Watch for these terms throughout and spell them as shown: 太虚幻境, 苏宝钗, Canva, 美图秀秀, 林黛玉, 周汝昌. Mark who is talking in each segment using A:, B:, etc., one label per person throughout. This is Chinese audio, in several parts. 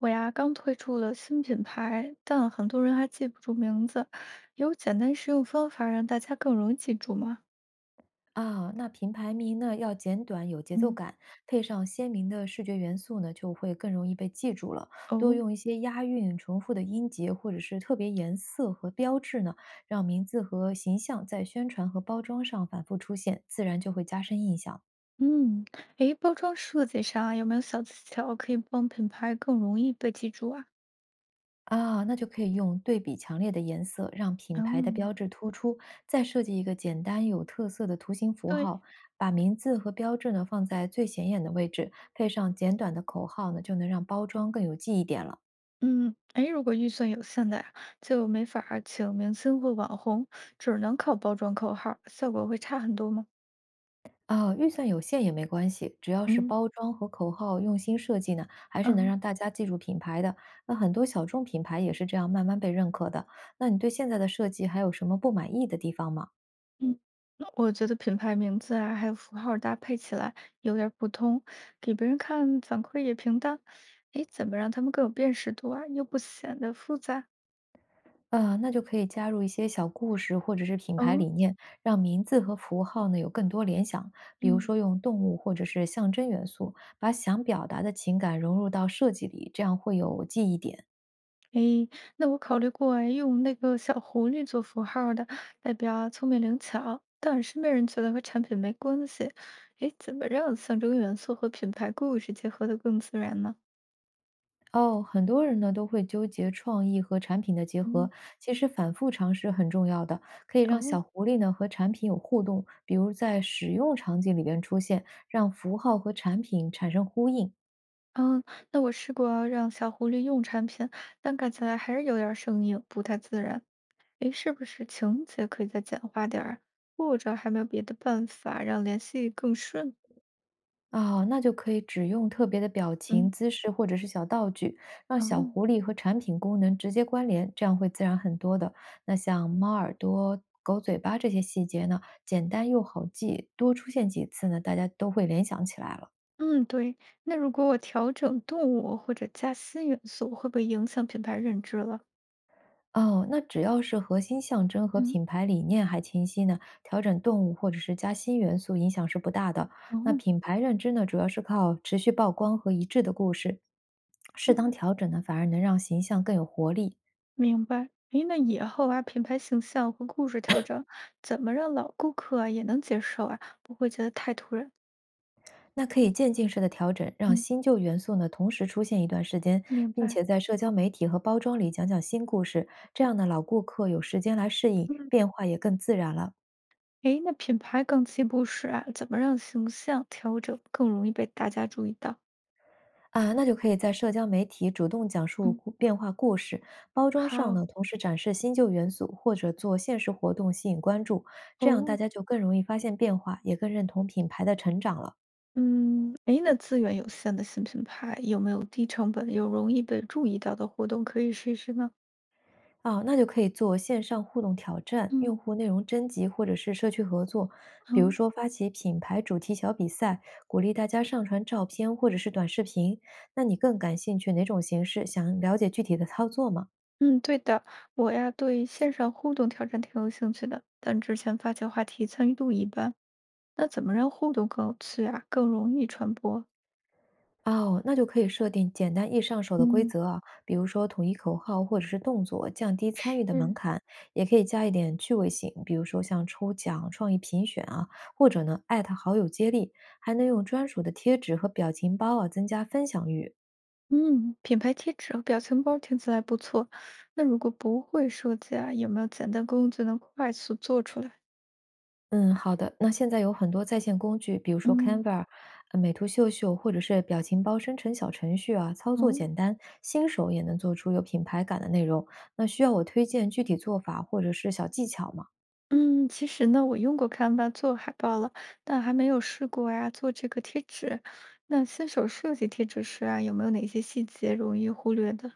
A: 我呀，刚推出了新品牌，但很多人还记不住名字。有简单实用方法让大家更容易记住吗？
B: 啊，那品牌名呢要简短有节奏
A: 嗯，
B: 感，配上鲜明的视觉元素呢，就会更容易被记住了。多
A: 哦，
B: 用一些押韵、重复的音节，或者是特别颜色和标志呢，让名字和形象在宣传和包装上反复出现，自然就会加深印象了。
A: 嗯，诶，包装设计上啊有没有小技巧可以帮品牌更容易被记住啊？
B: 啊，那就可以用对比强烈的颜色，让品牌的
A: 嗯，
B: 标志突出，再设计一个简单有特色的图形符
A: 对，
B: 号，把名字和标志呢放在最显眼的位置，配上简短的口号呢，就能让包装更有记忆点了。
A: 嗯，诶，如果预算有限的呀，就没法儿请明星或网红，只能靠包装口号，效果会差很多吗？
B: 啊，预算有限也没关系，只要是
A: 嗯，
B: 包装和口号用心设计呢，还是能
A: 嗯。
B: 让大家记住品牌的。那很多小众品牌也是这样慢慢被认可的。那你对现在的设计还有什么不满意的地方吗？
A: 嗯，我觉得品牌名字啊，还有符号搭配起来有点儿不通，给别人看反馈也平淡。哎，怎么让他们更有辨识度啊，又不显得复杂？
B: 啊，那就可以加入一些小故事或者是品牌理
A: 哦，
B: 念，让名字和符号呢有更多联想。比如
A: 嗯，
B: 说用动物或者是象征元素，把想表达的情感融入到设计里，这样会有记忆点。
A: 哎，那我考虑过用那个小狐狸做符号的，代表啊聪明灵巧，但身边人觉得和产品没关系。哎，怎么让象征元素和品牌故事结合得更自然呢？
B: 哦，很多人呢都会纠结创意和产品的结合，
A: 嗯，
B: 其实反复尝试很重要的，可以让小
A: 哦。
B: 狐狸呢和产品有互动，比如在使用场景里边出现，让符号和产品产生呼应。
A: 嗯，那我试过啊让小狐狸用产品，但看起来还是有点儿生硬，不太自然。诶，是不是情节可以再简化点儿，或者还没有别的办法让联系更顺？
B: 啊，那就可以只用特别的表情、
A: 嗯，
B: 姿势或者是小道具，让小
A: 哦，
B: 狐狸和产品功能直接关联，这样会自然很多的。那像猫耳朵、狗嘴巴这些细节呢，简单又好记，多出现几次呢，大家都会联想起来了。
A: 嗯，对。那如果我调整动物或者加新元素，会不会影响品牌认知了？
B: 哦，那只要是核心象征和
A: 嗯，
B: 品牌理念还清晰呢，调整动物或者是加新元素影响是不大的。
A: 哦，
B: 那品牌认知呢，主要是靠持续曝光和一致的故事，适当
A: 嗯，
B: 调整呢，反而能让形象更有活力。
A: 明白。诶，那以后啊，品牌形象和故事调整，怎么让老顾客啊也能接受啊，不会觉得太突然？
B: 那可以渐进式的调整，让
A: 嗯，
B: 新旧元素呢同时出现一段时间，
A: 明
B: 并
A: 白。
B: 且在社交媒体和包装里讲讲新故事，这样呢老顾客有时间来适应，
A: 嗯。
B: 变化也更自然了。
A: 诶，那品牌进一步时啊，怎么让形象调整更容易被大家注意到？
B: 啊，那就可以在社交媒体主动讲述
A: 嗯，
B: 故变化故事，包装上
A: 好
B: 呢同时展示新旧元素，或者做限时活动吸引关注，这样大
A: 哦，
B: 家就更容易发现变化，也更认同品牌的成长了。
A: 嗯，诶，那资源有限的新品牌有没有低成本又容易被注意到的活动可以试试呢？
B: 哦，那就可以做线上互动挑战、
A: 嗯
B: 用户内容征集或者是社区合作，比如
A: 嗯
B: 说发起品牌主题小比赛，鼓励大家上传照片或者是短视频。那你更感兴趣哪种形式？想了解具体的操作吗？
A: 嗯，对的，我呀对线上互动挑战挺有兴趣的，但之前发起话题参与度一般，那怎么让互动更有趣啊，更容易传播？
B: 哦，那就可以设定简单易上手的规
A: 嗯，
B: 则啊，比如说统一口号或者是动作，降低参与的门
A: 嗯。
B: 槛，也可以加一点趣味性，比如说像抽奖、创意评选啊，或者呢艾特好友接力，还能用专属的贴纸和表情包啊，增加分享欲。
A: 嗯，品牌贴纸和表情包听起来不错。那如果不会设计啊，有没有简单工具能快速做出来？
B: 嗯，好的。那现在有很多在线工具，比如说
A: 嗯，
B: Canva、美图秀秀，或者是表情包生成小程序啊，操作
A: 哦，
B: 简单，新手也能做出有品牌感的内容。那需要我推荐具体做法或者是小技巧吗？
A: 嗯，其实呢，我用过 Canva 做海报了，但还没有试过呀，做这个贴纸。那新手设计贴纸时啊，有没有哪些细节容易忽略的？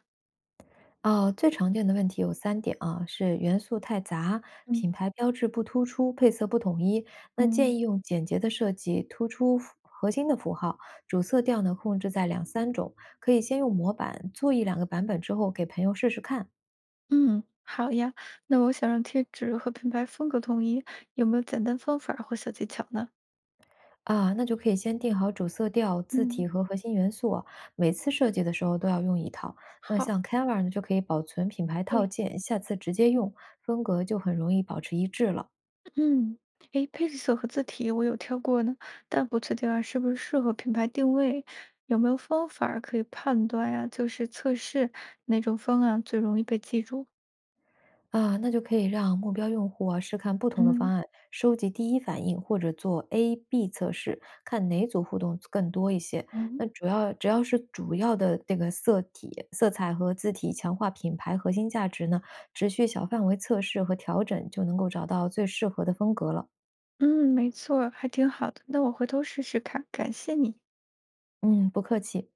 B: 哦，最常见的问题有三点啊，是元素太杂，
A: 嗯
B: 品牌标志不突出，配色不统一。那建
A: 嗯
B: 议用简洁的设计，突出符核心的符号，主色调呢控制在两三种，可以先用模板做一两个版本之后给朋友试试看。
A: 嗯，好呀。那我想让贴纸和品牌风格统一，有没有简单方法或小技巧呢？
B: 啊，那就可以先定好主色调、字体
A: 嗯，
B: 和核心元素啊，每次设计的时候都要用一套。那
A: 好，
B: 像 Canva 呢，就可以保存品牌套
A: 对。
B: 件，下次直接用，风格就很容易保持一致了。
A: 嗯，诶，配色和字体我有挑过呢，但不确定啊，是不是适合品牌定位？有没有方法儿可以判断呀？就是测试哪种方案最容易被记住？
B: 啊，那就可以让目标用户啊试看不同的方
A: 嗯，
B: 案，收集第一反应，或者做 A/B 测试，看哪组互动更多一些。那
A: 嗯，
B: 主要只要是主要的这个色体、色彩和字体强化品牌核心价值呢，持续小范围测试和调整就能够找到最适合的风格了。
A: 嗯，没错儿还挺好的。那我回头试试看，感谢你。
B: 嗯，不客气。